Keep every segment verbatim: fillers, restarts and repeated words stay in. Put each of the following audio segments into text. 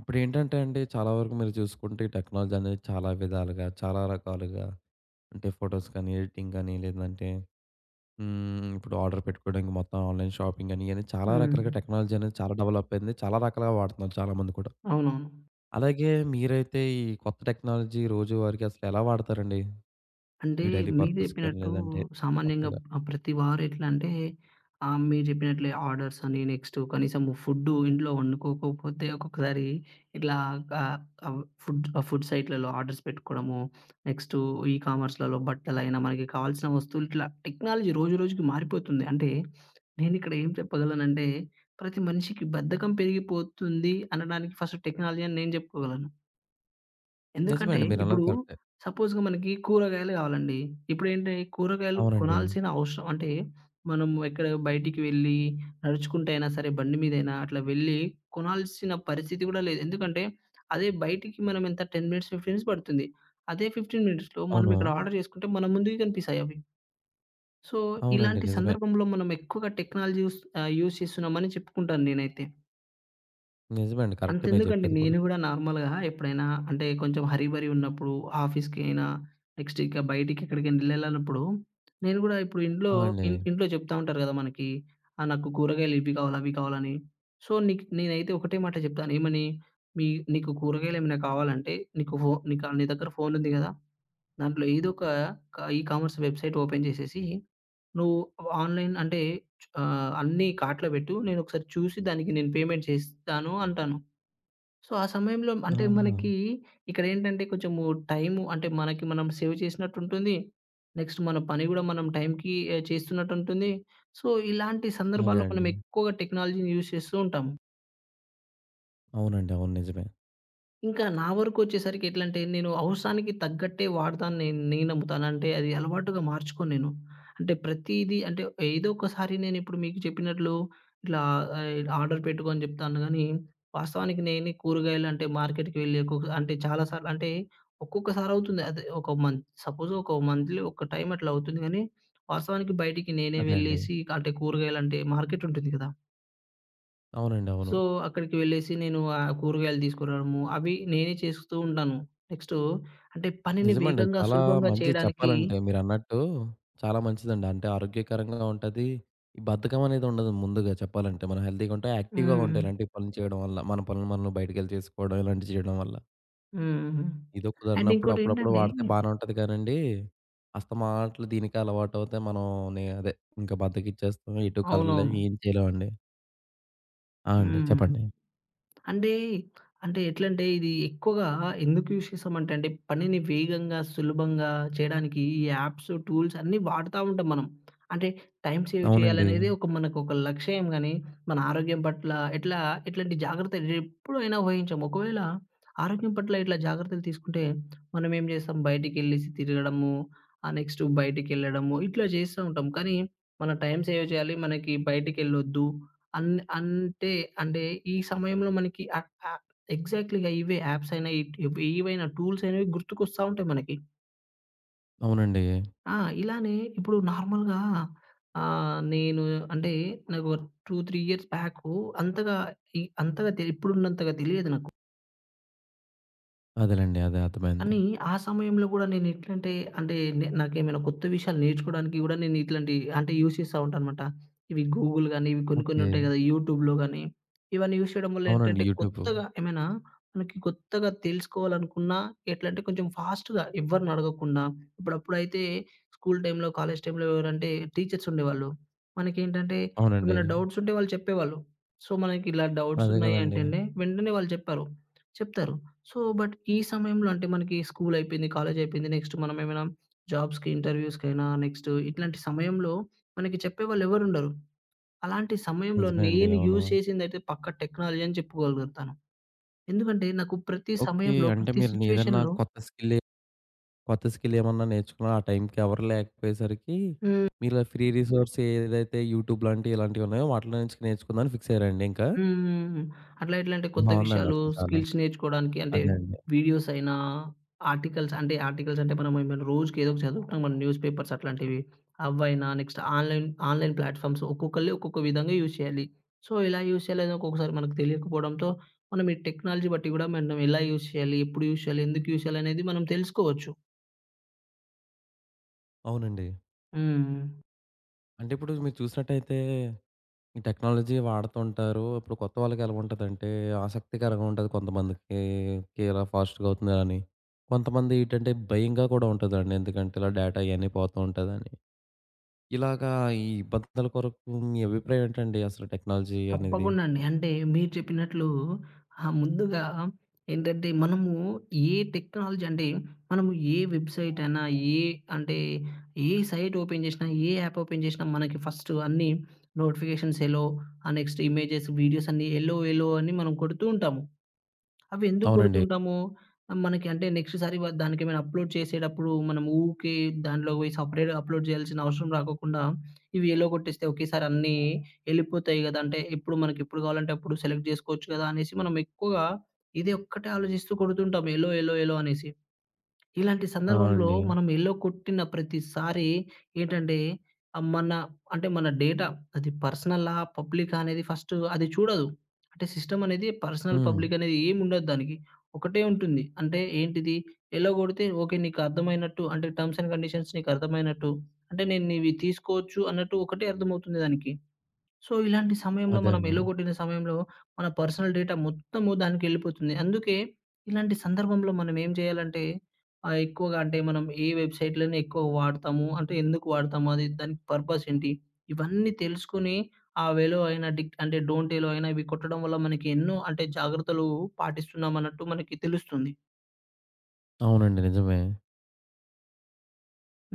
ఇప్పుడేంటంటే అండి, చాలా వరకు మీరు చూసుకుంటే ఈ టెక్నాలజీ అనేది చాలా విధాలుగా, చాలా రకాలుగా అంటే ఫోటోస్ కానీ, ఎడిటింగ్ కానీ లేదంటే హ్మ్. ఇప్పుడు ఆర్డర్ పెట్టుకోవడానికి మొత్తం ఆన్‌లైన్ షాపింగ్ అని ఇయన్నీ చాలా హ్మ్. రకాలుగా టెక్నాలజీ అనేది చాలా డెవలప్ అయింది. చాలా రకాలుగా వాడుతున్నారు చాలామంది కూడా. అవునవును. అలాగే మీరైతే ఈ కొత్త టెక్నాలజీ రోజువారీగా అసలు ఎలా వాడతారండి? అంటే మీ డైలీ మీరు పర్పస్ కానీ జెప్పినట్టు లేదంటే సామాన్యంగా కొత్తగా? ఆ! ప్రతి వారు ఎట్లా అంటే ఆహ్, మీరు జెప్పినట్లే ఆర్డర్స్ అని నెక్స్ట్ కనీసము ఫుడ్డు ఇంట్లో వండుకోకపోతే ఒక్కొక్కసారి ఇట్లా ఆహ్, ఆహ్, ఫుడ్ ఫుడ్ సైట్‌లలో ఆర్డర్స్ పెట్టుకోవడము, నెక్స్ట్ ఈ కామర్స్‌లలో బట్టలైనా మనకి కావాల్సిన వస్తువులు ఇట్లా టెక్నాలజీ రోజు రోజుకి మారిపోతుంది. అంటే నేనిక్కడ ఏం చెప్పగలనంటే ప్రతి మనిషికి బద్ధకం పెరిగిపోతుంది అనడానికి ఫస్ట్ టెక్నాలజీ అని నేను జెప్పుకోగలను. నిజమే ఎందుకంటే అండి. మీరన్నది ఇప్పుడు కరెక్టే. సపోజ్‌గా మనకి కూరగాయలు కావాలండి. ఇప్పుడేంటి కూరగాయలు అవునండి. కొనాల్సిన అవసరం అంటే మనం ఎక్కడ బయటికి వెళ్ళి నడుచుకుంటే అయినా సరే బండి మీదైనా అట్లా వెళ్ళి కొనాల్సిన పరిస్థితి కూడా లేదు. ఎందుకంటే అదే బయటికి మనం ఎంత పది మినిట్స్, పదిహేను మినిట్స్ పడుతుంది. అదే పదిహేను మినిట్స్‌లో మనం అవును. ఇక్కడ ఆర్డర్ చేసుకుంటే మన ముందుకి కనిపిస్తాయి అవి. సో, అవునండి. ఇలాంటి నిజమే. సందర్భంలో మనం ఎక్కువగా టెక్నాలజీ యూస్ ఆహ్, యూజ్ చేస్తున్నామని చెప్పుకుంటాను నేనైతే. నిజమే అండి. కరెక్టే మీరు అంతెందుకండి. చెప్పేది కూడా. నేను గూడా నార్మల్‌గా ఎప్పుడైనా అంటే కొంచెం హరీ బరీ ఉన్నప్పుడు ఆఫీస్‌కి అయినా, నెక్స్ట్ ఇక బయటికి ఎక్కడికైనా ఎళ్ళెళ్ళనప్పుడు నేను గూడా ఇప్పుడు ఇంట్లో ఆ! అండి. ఇన్ ఇంట్లో చెప్తా ఉంటారు గదా! మనకి ఆహ్, నాకు కూరగాయలు ఇవి కావాలి, అవి కావాలని. సో, నీకు నేనైతే ఒకటే మాట చెప్తాను. ఏమని? "మీ నీకు కూరగాయలు ఏమైనా కావాలంటే నీకు ఫో నీకు నీ దగ్గర ఫోన్ ఉంది గదా! దాంట్లో ఏదో ఒక క ఈ కామర్స్ వెబ్‌సైట్ ఓపెన్ చేసేసి నువ్వు ఆన్‌లైన్ అంటే ఆహ్, అన్నీ కార్ట్‌లో పెట్టు. నేను ఒకసారి చూసి దానికి నేను పేమెంట్ చేస్తాను" అంటాను. సో, ఆ సమయంలో అంటే ఆహా! మనకి ఇక్కడేంటంటే కొంచెము టైము అంటే మనకి మనం సేవ్ చేసినట్టుంటుంది. నెక్స్ట్ మన పని గూడా మనం టైంకి ఆహ్, చేస్తున్నట్టుంటుంది. సో, ఇలాంటి అదే సందర్భాల్లో మనం అండి. ఎక్కువగా టెక్నాలజీని యూజ్ చేస్తూ ఉంటాం. అవునండి. అవును. నిజమే. ఇంకా నా వరకొచ్చేసరికి ఎట్లంటే, నేను అవసరానికి తగ్గట్టే వాడతాను నేను నేను నమ్ముతాను. అంటే అది అలవాటుగా మార్చుకోను నేను. అంటే ప్రతీదీ అంటే ఏదో ఒకసారి నేనిప్పుడు మీకు చెప్పినట్లు ఇట్లా ఆహ్, ఆర్డర్ పెట్టుకో అని చెప్తాను గానీ, వాస్తవానికి నేనే కూరగాయలు అంటే మార్కెట్‌కి వెళ్ళి ఒక్కొక్క అంటే చాలా సార్లు అంటే ఒక్కొక్కసారి అవుతుంది. అదే ఒక మంత్ సపోజ్ ఒక మంత్‌లీ ఒక టైమ్ అట్లా అవుతుంది గానీ, వాస్తవానికి బయటికి నేనే అదే అండి. వెళ్ళేసి అంటే కూరగాయలంటే మార్కెట్ ఉంటుంది కదా! అవునండి. అవును. సో, అక్కడికి వెళ్ళేసి నేను ఆ కూరగాయలు తీసుకురావడము, అవి నేనే చేస్తూ ఉంటాను. నెక్స్టు అంటే పనిని నిజమండి. అది వేగంగా, చాలా సులభంగా మంచిది చేయడానికి చెప్పాలంటే మీరన్నట్టు చాలా మంచిదండి. అంటే ఆరోగ్యకరంగా ఉంటది. ఈ బద్ధకం అనేది ఉండదు ముందుగా చెప్పాలంటే. మనం హెల్తీగా ఉంటాం, యాక్టివ్‌గా ఉంటాం హ్మ్. ఇలాంటి పనులు చేయడం వల్ల. మన పనులు మనం బయటికెళ్ళి చేసుకోవడం ఇలాంటివి చేయడం వల్ల. హ్మ్. ఏదో అండ్ కుదరనప్పుడు అప్పుడప్పుడు ఇంకోటేంటంటే వాడితే బానే ఉంటది కానండి, అస్తమాట్లు దీనికి అలవాటవుతే మనం నే అదే ఇంకా బద్ధకిచ్చేస్తాం. ఎటు అవునవును. కదలలేం, ఏం చేయలేమండి. ఆ! అండి. హ్మ్. చెప్పండి. అంటే, అంటే ఎట్లంటే ఇది ఎక్కువగా ఎందుకు యూజ్ చేస్తామంటే అండి, పనిని వేగంగా, సులభంగా చేయడానికి ఈ యాప్స్, టూల్స్ అన్నీ వాడుతా ఉంటాం మనం. అంటే టైమ్ సేవ్ అవునండి. చేయాలనేది ఒక మనకొక లక్ష్యం గానీ, మన ఆరోగ్యం పట్ల ఎట్లా ఎట్లాంటి జాగ్రత్తలు ఎప్పుడైనా వహించము. ఒకవేళ ఆరోగ్యం పట్ల ఇట్లా జాగ్రత్తలు తీసుకుంటే మనం ఏం చేస్తాం బయటికెళ్ళేసి తిరగడము, ఆహ్, నెక్స్ట్ బయటికెళ్ళడము ఇట్లా చేస్తా ఉంటాం. కానీ మన టైమ్ సేవ్ చేయాలి. మనకి బయటికెళ్ళొద్దు. అన్ అంటే అంటే ఈ సమయంలో మనకి ఆహ్, ఆహ్, ఎగ్జాక్ట్‌లీ‌గా ఇవే యాప్స్ అయినా ఇట్ ఇవి ఏవైనా టూల్స్ అనేవి గుర్తుకొస్తా ఉంటాయి మనకి. అవునండి. ఆ! ఇలానే ఇప్పుడు నార్మల్‌గా ఆహ్, నేను అంటే నాకు రెండు, మూడు ఇయర్స్ బ్యాకు అంతగా ఈ అంతగా తె ఇప్పుడున్నంతగా తెలియదు నాకు. అదేలెండి. అదే అర్థమైంది. కానీ ఆ సమయంలో గూడా నేనెట్లంటే, అంటే నే నాకేమైనా కొత్త విషయాలు నేర్చుకోవడానికి గూడా నేను ఇట్లాంటి అంటే యూజ్ చేస్తా ఉంటానన్నమాట. ఇవి గూగుల్ గాని, ఇవి కొన్ని కొన్ని ఓకే. ఉంటాయి గదా! యూట్యూబ్‌లో గాని, ఇవన్నీ యూజ్ చేయడం వల్ల అవునండి. ఏంటంటే యూట్యూబ్. కొత్తగా ఏమైనా మనకి కొత్తగా తెలుసుకోవాలనుకున్నా ఎట్లంటే కొంచెం ఫాస్ట్‌గా ఎవ్వరిని అడగకుండా ఇప్పుడప్పుడైతే స్కూల్ టైమ్‌లో, కాలేజ్ టైమ్‌లో ఎవరంటే టీచర్స్ ఉండేవాళ్ళు. మనకేంటంటే అవునండి. ఏమైనా డౌట్స్ ఉంటే వాళ్ళు చెప్పేవాళ్ళు. సో, మనకి ఇలా డౌట్స్ అదే ఉన్నాయి గదండీ! అంటేనే వెంటనే వాళ్ళు చెప్పారు చెప్తారు. సో, బట్ ఈ సమయంలో అంటే మనకి స్కూల్ అయిపోయింది. కాలేజ్ అయిపోయింది. నెక్స్ట్ మనం ఏమైనా జాబ్స్‌కి, ఇంటర్‌వ్యూస్‌కైనా నెక్స్ట్ ఇట్లాంటి సమయంలో మనకి చెప్పేవాళ్ళు ఎవరుండరు. అలాంటి సమయంలో నిజమే అండి. నేను అవును. యూజ్ చేసిందైతే పక్కా టెక్నాలజీ అని చెప్పుకోగలుగుతాను. ఎందుకంటే నాకు ప్రతి ఓకే. సమయంలో, అంటే ప్రతి మీరు ఏదన్నా సిట్యుయేషన్‌లో కొత్త స్కిల్ కొత్త స్కిల్ ఏమన్నా నేర్చుకున్నా ఆ టైంకి ఎవరు లేకపోయేసరికి హ్మ్. మీలా ఫ్రీ రిసోర్స్ ఏదైతే యూట్యూబ్ లాంటివి ఇలాంటివి ఉన్నాయో వాటిలో నుంచి నేర్చుకుందామని ఫిక్స్ అయ్యారండి ఇంకా? హ్మ్. అట్లా ఎట్లంటే కొత్త బావుందండి విషయాలు, అసలు చాలా. స్కిల్స్ నేర్చుకోవడానికి అంటే అదే అండి. వీడియోస్ అయినా, ఆర్టికల్స్ అంటే ఆర్టికల్స్ అంటే మనం ఏమైనా రోజుకి ఏదో ఒకటి చదువుకుంటాం మనం న్యూస్ పేపర్స్ అట్లాంటివి. అవైనా నెక్స్ట్ ఆన్‌లైన్ ఆన్‌లైన్ ప్లాట్‌ఫామ్స్ ఒక్కొక్కళ్ళు ఒక్కొక్క విధంగా యూజ్ చేయాలి. సో, ఎలా యూజ్ చేయాలనేది ఒక్కొక్కసారి మనకు తెలియకపోవడంతో మనం ఈ టెక్నాలజీ బట్టి గూడా మనం ఎలా యూజ్ చేయాలి? ఎప్పుడు యూజ్ చేయాలి? ఎందుకు యూజ్ చేయాలి? అనేది మనం తెలుసుకోవచ్చు. అవునండి. హ్మ్. అంటే ఇప్పుడు మీరు చూసినట్టయితే, ఈ టెక్నాలజీ వాడుతూ ఉంటారు. ఇప్పుడు కొత్త వాళ్ళకి ఎలా ఉంటదంటే, ఆసక్తికరంగా ఉంటది కొంతమందికి. ఓకే. ఇలా ఫాస్ట్‌గా అవుతుంది అని. కొంతమంది ఏంటంటే, భయంగా కూడా ఉంటదండి. ఎందుకంటే, ఇలా డేటా ఇయన్నీ పోతూ ఉంటదని. ఇలాగా ఈ ఇబ్బందుల కొరకు మీ అభిప్రాయం ఏంటండి అసలు టెక్నాలజీ అనేది? తప్పకుండా అండి. అంటే మీరు చెప్పినట్లు ఆహ్, ముందుగా ఏంటంటే మనము ఏ టెక్నాలజీ అంటే మనము ఏ వెబ్‌సైట్ అయినా, ఏ అంటే ఏ సైట్ ఓపెన్ చేసినా, ఏ యాప్ ఓపెన్ చేసినా మనకి ఫస్ట్ అన్నీ నోటిఫికేషన్స్ ఎలో, ఆహ్, నెక్స్ట్ ఇమేజెస్, వీడియోస్ అన్నీ ఎలో ఎలో అని మనం కొడుతూ ఉంటాము. అవి ఎందుకు అవునండి. కొడుతుంటాము? మనకి అంటే నెక్స్ట్ సారి వ దానికేమైనా అప్‌లోడ్ చేసేటప్పుడు మనం ఊకే దాంట్లో పోయి సెపరేట్‌గా అప్‌లోడ్ చేయాల్సిన అవసరం రాకోకుండా, ఇవి ఎలగొట్టేస్తే ఒకేసారి అన్నీ ఎళ్ళిపోతాయి గదా! అంటే ఎప్పుడు మనకి ఎప్పుడు కావాలంటే అప్పుడు సెలెక్ట్ జేసుకోవచ్చు గదా! అనేసి మనం ఎక్కువగా ఇదే ఒక్కటే ఆలోచిస్తూ కొడుతుంటాం ఎలో, ఎలో, ఎలో అనేసి. ఇలాంటి ఆ! సందర్భంలో అండి. మనం ఎల్లో కొట్టిన ప్రతిసారి ఏంటంటే, ఆహ్, మన అంటే మన డేటా అది పర్సనలా? పబ్లికా? అనేది ఫస్ట్ అది చూడదు. అంటే సిస్టమ్ అనేది పర్సనల్, హ్మ్. పబ్లిక్ అనేది ఏముండదు దానికి. ఒకటే ఉంటుంది. అంటే ఏంటిది? ఎల్లో కొడితే ఓకే. నీకు అర్థమైనట్టు అంటే టర్మ్స్ అండ్ కండిషన్స్ నీకు అర్థమైనట్టు అంటే నేను ఇవి తీసుకోవచ్చు అన్నట్టు ఒకటే అర్థమవుతుంది దానికి. సో, ఇలాంటి సమయంలో అదే మనం అండి. ఎల్లగొట్టిన సమయంలో మన పర్సనల్ డేటా మొత్తము దానికెళ్ళిపోతుంది. అందుకే ఇలాంటి సందర్భంలో మనం ఏం చేయాలంటే ఆహ్, ఎక్కువగా అంటే మనం ఏ వెబ్‌సైట్‌లని ఎక్కువ వాడతాము, అంటే ఎందుకు వాడతాము, అది దాని పర్పస్ ఏంటి, ఇవన్నీ తెలుసుకొని ఆ వేలో అయిన డిక్ అంటే డోంట్ ఏలో అయినా ఇవి కొట్టడం వల్ల మనకి ఎన్నో అంటే జాగ్రత్తలు పాటిస్తున్నామన్నట్టు మనకి తెలుస్తుంది. అవునండి. నిజమే.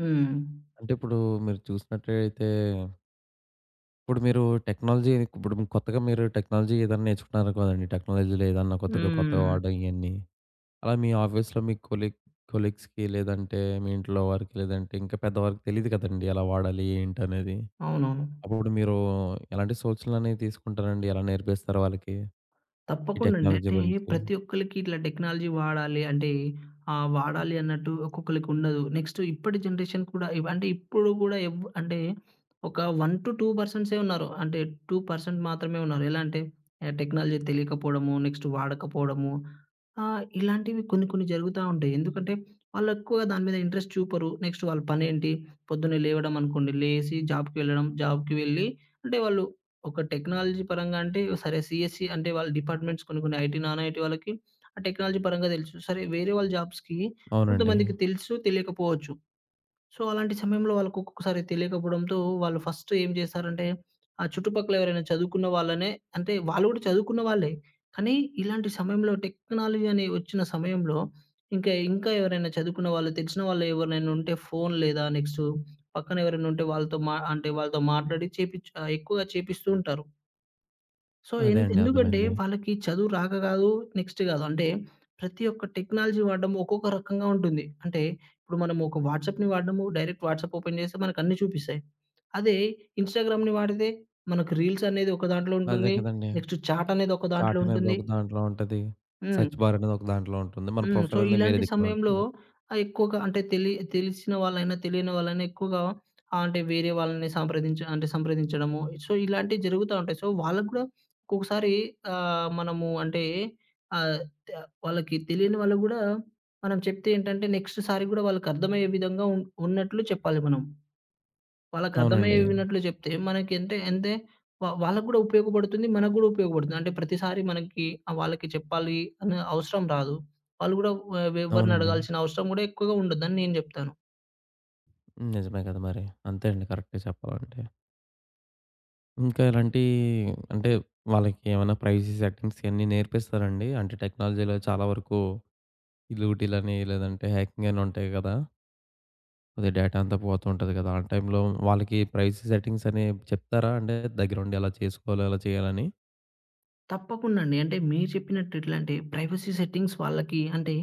హ్మ్. అంటే ఇప్పుడు మీరు చూసినట్టయితే ఇప్పుడు మీరు టెక్నాలజీ ఇప్పుడు కొత్తగా మీరు టెక్నాలజీ ఏదైనా నేర్చుకున్నారు కదండీ! టెక్నాలజీలో ఏదన్నా కొత్తగా కొత్తగా హ్మ్. వాడడం ఇయన్నీ. అలా మీ ఆఫీస్‌లో మీ కొలీగ్ కొలీగ్స్‌కి లేదంటే మీ ఇంట్లో వారికి లేదంటే ఇంకా పెద్దవారికి తెలీదు కదండీ! ఎలా వాడాలి ఏంటనేది. అవునవును. అప్పుడు మీరు ఎలాంటి సూచనలనేవి తీసుకుంటారండి? ఎలా నేర్పిస్తారు వాళ్ళకి ఈ తప్పకుండా అండి. టెక్నాలజీ అంటే గురించి? ప్రతి ఒక్కళ్ళకి ఇట్లా టెక్నాలజీ వాడాలి అంటే ఆహ్, వాడాలి అన్నట్టు ఒక్కొక్కళ్ళకి ఉండదు. నెక్స్ట్ ఇప్పటి జనరేషన్ కూడా ఇవ్ అంటే ఇప్పుడు గూడా ఎవ్ అంటే ఒక వన్ టు పర్సెంట్సే ఉన్నారు. అంటే రెండు శాతం మాత్రమే ఉన్నారు. ఎలా అంటే ఆహ్, టెక్నాలజీ తెలియకపోవడము, నెక్స్ట్ వాడకపోవడము ఆ! ఇలాంటివి కొన్ని కొన్ని జరుగుతా ఉంటాయి. ఎందుకంటే, వాళ్ళెక్కువగా దాని మీద ఇంట్రెస్ట్ చూపరు. నెక్స్ట్ వాళ్ళ పనేంటి? పొద్దున్నే లేవడం అనుకోండి, లేసి జాబ్‌కి వెళ్ళడం, జాబ్‌కి వెళ్ళి అంటే వాళ్ళు ఒక టెక్నాలజీ పరంగా అంటే సరే సీఎస్‌సి అంటే వాళ్ళ డిపార్ట్మెంట్స్ కొన్ని కొన్ని ఐటీ, నాన్ ఐటీ వాళ్ళకి ఆ టెక్నాలజీ పరంగా తెలుసు. సరే వేరే వాళ్ళ జాబ్స్‌కి అవునండి. కొంతమందికి తెలుసు, తెలియకపోవచ్చు. సో, అలాంటి సమయంలో వాళ్ళకొక్కొక్కసారి తెలియకపోవడంతో వాళ్ళు ఫస్ట్ ఏం చేస్తారంటే, ఆ చుట్టుపక్కల ఎవరైనా చదువుకున్న వాళ్ళనే అంటే వాళ్ళు కూడా చదువుకున్న వాళ్ళే. కానీ ఇలాంటి సమయంలో టెక్నాలజీ అని వచ్చిన సమయంలో ఇంకా, ఇంకా ఎవరైనా చదువుకున్న వాళ్ళు తెలిసిన వాళ్ళు ఎవరైనా ఉంటే ఫోన్ లేదా నెక్స్ట్ పక్కన ఎవరైనా ఉంటే వాళ్ళతో మా అంటే వాళ్ళతో మాట్లాడి చేపిచ్ ఆహ్, ఎక్కువగా చేపిస్తూ ఉంటారు. సో, ఎన్ అదే అండి. ఎందుకంటే అర్థమైంది. వాళ్ళకి చదువు రాక గాదు, నెక్స్ట్ గాదు. అంటే ప్రతి ఒక్క టెక్నాలజీ వాడడం ఒక్కొక్క రకంగా ఉంటుంది. అంటే ఇప్పుడు మనం ఒక వాట్సాప్‌ని వాడినాము, డైరెక్ట్ వాట్సాప్ ఓపెన్ చేస్తే మనకు అన్నీ చూపిస్తాయి. అదే ఇన్‌స్టాగ్రామ్‌ని వాడితే మనకు రీల్స్ అనేది ఒక దాంట్లో అదే ఉంటుంది. కదండీ! నెక్స్ట్ చాట్ అనేది ఒక దాంట్లో చాట్ అనేది ఉంటుంది. ఒక దాంట్లో ఉంటది. హ్మ్. సెర్చ్ బార్ అనేది ఒక దాంట్లో ఉంటుంది. మన హ్మ్. సో, ప్రొఫైల్ అనేది వేరే ఇలాంటి దిక్కున సమయంలో ఉంటుంది. ఆహ్, ఎక్కువగా అంటే తెలి తెలిసిన వాళ్ళైనా, తెలియని వాళ్ళైనా ఎక్కువగా ఆహ్, అంటే వేరే వాళ్ళని సంప్రదించ అంటే సంప్రదించడము. సో, ఇలాంటివి జరుగుతా ఉంటాయి. సో, వాళ్ళకి కూడా ఒక్కొక్కసారి ఆహ్, మనము అంటే ఆహ్, త వాళ్ళకి తెలియని వాళ్ళకి గూడా మనం చెప్తే ఏంటంటే నెక్స్ట్ సారి గూడా వాళ్ళకర్థమయ్యే విధంగా ఉన్ ఉన్నట్లు చెప్పాలి మనం. అవునండి. వాళ్ళకర్థమయ్యేవినట్లు చెప్తే మనకేంటే అంటే అంటే వా వాళ్ళకి గూడా ఉపయోగపడుతుంది. మనకు గూడా ఉపయోగపడుతుంది. అంటే ప్రతిసారి మనకి ఆహ్, వాళ్ళకి చెప్పాలి అనే అవసరం రాదు. వాళ్ళు గూడా వ ఎవరిని అవునండి. అడగాల్సిన అవసరం గూడా ఎక్కువగా ఉండదని నేను జెప్తాను. హ్మ్. నిజమే కదా! మరి. అంతే అండి. కరెక్టే చెప్పాలంటే. ఇంకా ఇలాంటి అంటే వాళ్ళకి ఏమైనా ప్రైవసీ సెట్టింగ్స్ ఇయన్నీ నేర్పిస్తారండి? అంటే టెక్నాలజీలో చాలా వరకు ఈ లూటీలని లేదంటే హ్యాకింగ్ అని ఉంటాయి కదా! అదే డేటా అంతా పోతుంటది కదా! ఆ టైంలో వాళ్ళకి ప్రైవసీ సెట్టింగ్స్ అని చెప్తారా? అంటే దగ్గరుండి అలా చేసుకోవాలి, అలా చేయాలని. తప్పకుండా అండి. అంటే మీరు చెప్పినట్టు ఎట్లా అంటే ప్రైవసీ సెట్టింగ్స్ వాళ్ళకి అంటే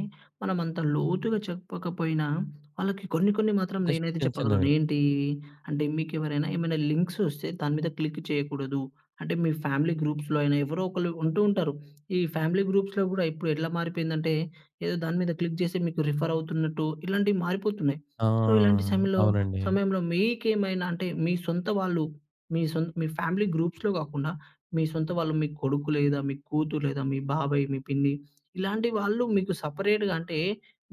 మనం అంత లోతుగా చెప్పకపోయినా వాళ్ళకి కొన్ని కొన్ని మాత్రం జస్ట్ నేనైతే చిన్న చెప్పగలను. చిన్నవి. ఏంటి అంటే మీకెవరైనా ఏమైనా లింక్స్ వస్తే దాని మీద క్లిక్ చేయకూడదు. అంటే మీ ఫ్యామిలీ గ్రూప్స్‌లో అయినా ఎవరో ఒకళ్ళు ఉంటూ ఉంటారు. ఈ ఫ్యామిలీ గ్రూప్స్‌లో గూడా ఇప్పుడు ఎట్లా మారిపోయిందంటే ఏదో దాని మీద క్లిక్ చేసి మీకు రిఫర్ అవుతున్నట్టు ఇలాంటివి మారిపోతున్నాయి. ఆ! సో, ఇలాంటి సమయంలో అవునండి. సమయంలో మీకేమైనా అంటే మీ సొంత వాళ్ళు మీ సొంత మీ ఫ్యామిలీ గ్రూప్స్‌లో గాకుండా మీ సొంత వాళ్ళు మీ కొడుకు లేదా, మీ కూతురు లేదా, మీ బాబాయ్, మీ పిన్ని ఇలాంటి వాళ్ళు మీకు సెపరేట్‌గా అంటే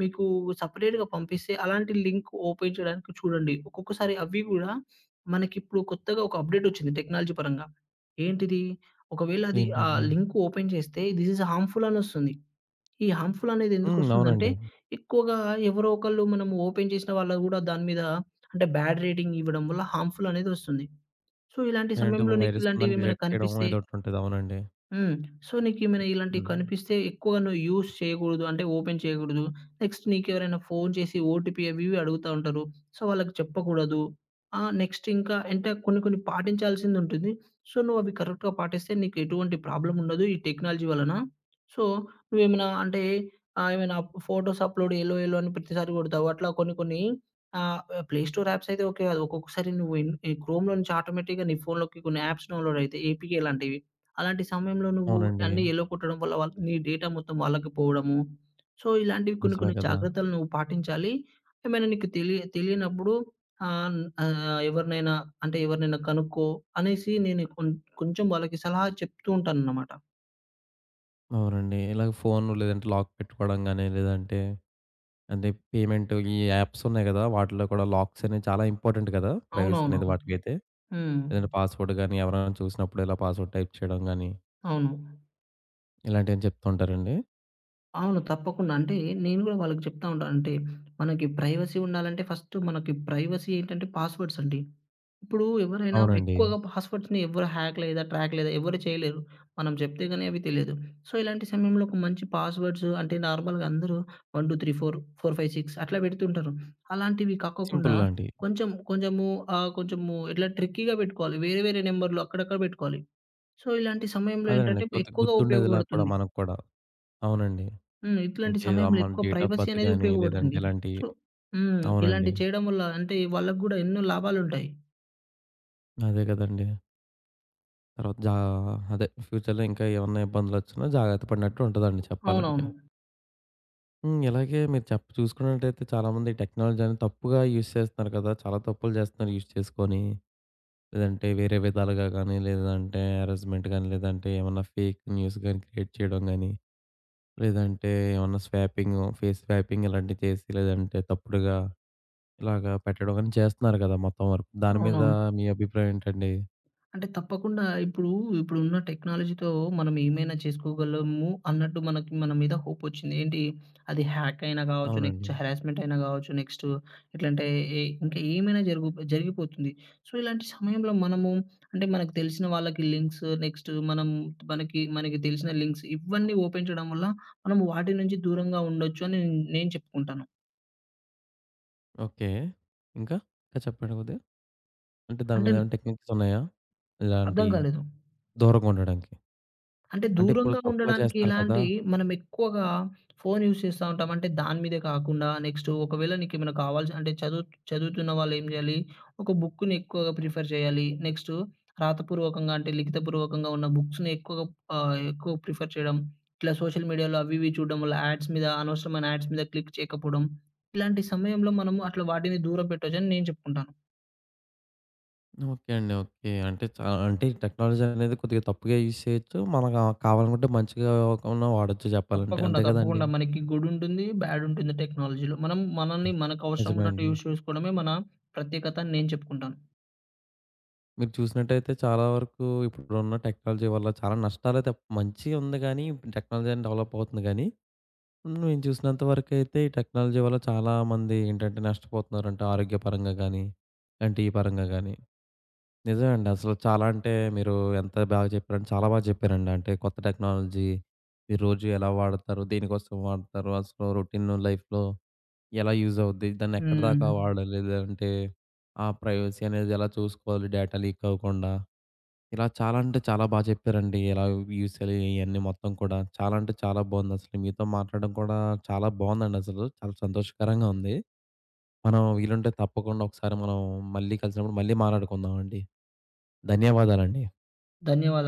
మీకు సెపరేట్‌గా పంపిస్తే అలాంటి లింక్ ఓపెన్ చేయడానికి చూడండి. ఒక్కొక్కసారి అవి గూడా మనకిప్పుడు కొత్తగా ఒక అప్‌డేట్ ఒచ్చింది టెక్నాలజీ పరంగా. ఏంటిది? ఒకవేళ అది ఆ ఏంటండి? లింక్ ఓపెన్ చేస్తే థిస్ ఈస్ హార్మ్‌ఫుల్ అనొస్తుంది. ఈ హార్మ్‌ఫుల్ అనేది హ్మ్. ఎందుకొస్తుందంటే అవునండి. ఎక్కువగా ఎవరో ఒకళ్ళు మనం ఓపెన్ చేసిన వాళ్ళు గూడా దాని మీద అంటే బ్యాడ్ రేటింగ్ ఇవ్వడం వల్ల హార్మ్‌ఫుల్ అనేది ఒస్తుంది. సో, ఇలాంటి ఏంటంటే సమయంలో వైరస్ ఉందని నీకిలాంటివేమైనా డిటెక్ట్ చేయడం కనిపిస్తే ఏదోకటుంటది. అవునండి. హ్మ్. సో, నీకేమైనా ఇలాంటివి హ్మ్. కనిపిస్తే ఎక్కువ నువ్వు యూజ్ చేయకూడదు. అంటే ఓపెన్ చేయకూడదు. నెక్స్ట్ నీకెవరైనా ఫోను చేసి ఓటీపీ అవి ఇవి అడుగుతా ఉంటారు. సో, వాళ్ళకి చెప్పకూడదు. ఆహ్, నెక్స్ట్ ఇంకా అంటే కొన్ని కొన్ని పాటించాల్సిందుంటుంది. సో, నువ్వవి కరెక్ట్‌గా పాటిస్తే నీకు ఎటువంటి ప్రాబ్లమ్ ఉండదు ఈ టెక్నాలజీ వలన. సో, నువ్వేమైనా అంటే ఆహ్, ఏమైనా ఫోటోస్ అప్‌లోడ్ ఎలో ఎలో అని ప్రతిసారి కొడతావు. అట్లా కొన్ని కొన్ని ఆహ్, ప్లే స్టోర్ యాప్స్ అయితే ఓకే కాదు. ఒక్కొక్కసారి నువ్వు ఇన్ ఈ క్రోమ్‌లో నుంచి ఆటోమేటిక్‌గా నీ ఫోన్‌లోకి కొన్ని యాప్స్ డౌన్‌లోడ్ అయితాయి. ఏపీకే లాంటివి. అలాంటి సమయంలో నువ్వు అవునండి. అన్నీ ఎల్లో కొట్టడం వల్ల వాళ్ళ నీ డేటా మొత్తం వాళ్ళకి పోవడము. సో, ఇలాంటివి కొన్ని నిజమే కొన్ని కదా! జాగ్రత్తలు నువ్వు పాటించాలి. ఏమైనా నీకు తెలియ తెలియనప్పుడు ఆహ్, ఆహ్, ఎవరినైనా అంటే ఎవరినైనా కనుక్కో అనేసి నేను కొం కొంచెం వాళ్ళకి సలహా చెప్తూ ఉంటానన్నమాట. అవునండి. ఇలాగ ఫోన్ లేదంటే లాక్ పెట్టుకోవడం గాని, లేదంటే అంటే పేమెంట్ ఈ యాప్స్ ఉన్నాయి గదా! వాటిలో కూడా లాక్స్ అనేవి చాలా ఇంపార్టెంట్ కదా! ప్రైవసీ అవునవును. అనేది వాటికైతే. హ్మ్. లేదంటే పాస్‌వర్డ్ గాని, ఎవరైనా చూసినప్పుడు ఇలా పాస్‌వర్డ్ టైప్ చేయడం గాని, అవును. ఇలాంటివన్నీ చెప్తూ ఉంటారండి. అవును. తప్పకుండా. అంటే నేను గూడా వాళ్ళకి చెప్తా ఉంటాను. అంటే మనకి ప్రైవసీ ఉండాలంటే ఫస్ట్ మనకి ప్రైవసీ ఏంటంటే పాస్‌వర్డ్స్ అండి. ఇప్పుడు ఎవరైనా అవునండి. ఎక్కువగా పాస్‌వర్డ్స్‌ని ఎవరు హ్యాక్ లేదా, ట్రాక్ లేదా ఎవరు చేయలేరు. మనం చెప్తే గాని అవి తెలియదు. సో, ఇలాంటి సమయంలో ఒక మంచి పాస్‌వర్డ్స్ అంటే నార్మల్‌గా అందరూ one, two, three, four, four, five, six అట్లా పెడుతుంటారు. అలాంటివి కాకోకుండా సింపుల్ లాంటియి. కొంచెం కొంచెము ఆహ్, కొంచెము ఇట్లా ట్రిక్కీగా పెట్టుకోవాలి. వేరే వేరే నంబర్‌లు అక్కడక్కడ పెట్టుకోవాలి. సో, ఇలాంటి సమయంలో అదేనండి. ఏంటంటే కొద్దిగా ఎక్కువగా గుర్తుండేదిలా కూడా ఉపయోగపడుతుంది. మనకు కూడా. అవునండి. హ్మ్. ఇట్లాంటి అంటే ఇలా సమయంలో మన ఎక్కువ డేట్ ఆఫ్ ప్రైవసీ బర్త్ అనేది గాని, లేదంటే ఉపయోగపడుతుంది. ఇలాంటియి. సో హ్మ్. అవునండి. ఇలాంటివి చేయడం వల్ల అంటే వాళ్ళకి గూడా ఎన్నో లాభాలుంటాయి. అదే కదండీ. తర్వాత జా అదే ఫ్యూచర్‌లో ఇంకా ఏమన్నా ఇబ్బందులొచ్చినా జాగ్రత్త పడినట్టు ఉంటదండి చెప్పాలంటే. అవునవును. హ్మ్. ఇలాగే మీరు చెప్ చూసుకున్నట్టయితే చాలామంది టెక్నాలజీ అనేది తప్పుగా యూజ్ చేస్తున్నారు కదా! చాలా తప్పులు చేస్తున్నారు యూజ్ చేసుకొని. లేదంటే వేరే విధాలుగా గానీ, లేదంటే హెరాస్మెంట్ గానీ, లేదంటే ఏమన్నా ఫేక్ న్యూస్ గానీ క్రియేట్ చేయడం గానీ, లేదంటే ఏమన్నా స్వాపింగ్, ఫేస్ స్వాపింగ్ ఇలాంటివి చేసి, లేదంటే తప్పుడుగా ఇలాగా పెట్టడం గానీ చేస్తున్నారు కదా! మొత్తం వరకు. దాని మీద అవునవును. మీ అభిప్రాయం ఏంటండి? అంటే తప్పకుండా ఇప్పుడు, ఇప్పుడున్న టెక్నాలజీతో మనం ఏమైనా చేసుకోగలము అన్నట్టు మనకి మన మీద హోప్ వచ్చింది. ఏంటి అది హ్యాక్ అయినా కావచ్చు, నెక్స్ట్ అవునండి. హెరాస్మెంట్ అయినా కావచ్చు, నెక్స్ట్ ఎట్లంటే ఏ ఇంకా ఏమైనా జరుగు జరిగిపోతుంది. సో, ఇలాంటి సమయంలో మనము అంటే మనకు తెలిసిన వాళ్ళకి లింక్స్ నెక్స్ట్ మనం మనకి మనకి తెలిసిన లింక్స్ ఇవన్నీ ఓపెన్ చేయడం వల్ల మనం వాటి నుంచి దూరంగా ఉండొచ్చు అని నేను నేను చెప్పుకుంటాను. ఓకే. ఇంకా? ఇంకా చెప్పండి కొద్దిగా. అంటే దాని అంటే మీద ఏమైనా టెక్నిక్స్ ఉన్నాయా? అర్థం ఇలాంటియి కాలేదు. దూరంగుండడానికి? అంటే అంటే ఇప్పుడు దూరంగా తప్పుగా ఉండడానికి చేస్తున్నారు కదా! ఎలాంటి మనం ఎక్కువగా ఫోను యూజ్ చేస్తా ఉంటాం. అంటే దాని మీదే కాకుండా నెక్స్ట్ ఒకవేళ నీకేమైనా కావాల్సి అంటే చదువు చదువుతున్న వాళ్ళేం జేయాలి, ఒక బుక్కుని ఎక్కువగా ప్రిఫర్ చేయాలి. నెక్స్ట్ రాతపూర్వకంగా అంటే లిఖితపూర్వకంగా ఉన్న బుక్స్‌ని ఎక్కువగా ఆహ్, ఎక్కువ ప్రిఫర్ చేయడం. ఇట్లా సోషల్ మీడియాలో అవి ఇవి చూడడం వల్ల యాడ్స్ మీద అనవసరమైన యాడ్స్ మీద క్లిక్ చేయకపోవడం. ఇలాంటి సమయంలో మనము అట్లా వాటిని దూరం పెట్టొచ్చని నేను చెప్పుకుంటాను. ఓకే అండి. ఓకే. అంటే చా అంటే టెక్నాలజీ అనేది కొద్దిగా తప్పుగా యూజ్ చేయొచ్చు. మనకు కావాలనుకుంటే మంచిగా కున్నా వాడొచ్చు చెప్పాలంటే. తప్పకుండా. అంతే కదండీ! తప్పకుండా. మనకి గుడ్ ఉంటుంది. బ్యాడ్ ఉంటుంది టెక్నాలజీలో. మనం మనల్ని మనకు అవసరం నిజమే ఉన్నట్టు అండి. యూజ్ చేసుకోవడమే మన ప్రత్యేకత అని నేను చెప్పుకుంటాను. మీరు చూసినట్టయితే చాలా వరకు ఇప్పుడున్న టెక్నాలజీ వల్ల చాలా నష్టాలే తప్ప మంచి ఉంది కానీ టెక్నాలజీ అనేది డెవలప్ అవుతుంది కానీ, నేను చూసినంత వరకైతే ఈ టెక్నాలజీ వల్ల చాలా మంది ఏంటంటే నష్టపోతున్నారంటే ఆరోగ్యపరంగా గానీ, అంటే ఈ పరంగా గానీ. నిజమండి. అసలు చాలా అంటే మీరు ఎంత బాగా చెప్పారంటే చాలా బాగా చెప్పారండి. అంటే కొత్త టెక్నాలజీ మీరు రోజు ఎలా వాడతారు? దేనికోసం వాడతారు? అసలు రొటీన్ లైఫ్‌లో ఎలా యూజ్ అవుద్ది? దాన్ని ఎక్కడిదాకా హ్మ్. వాడాలి? లేదంటే ఆ ప్రైవసీ అనేది ఎలా చూసుకోవాలి డేటా లీక్ అవ్వకుండా? ఇలా చాలా అంటే చాలా బా చెప్పారండి. ఇలా ఈసెలు ఇయన్నీ మొత్తం కూడా. చాలా అంటే చాలా బావుందసలు. మీతో మాట్లాడడం కూడా చాలా బావుందండసలు. చాలా సంతోషకరంగా ఉంది. మనం వీలుంటే తప్పకుండా ఒకసారి మనం మళ్ళీ కలిసినప్పుడు మళ్ళీ మాట్లాడుకుందామండి. ధన్యవాదాలండి. ధన్యవాదాలు.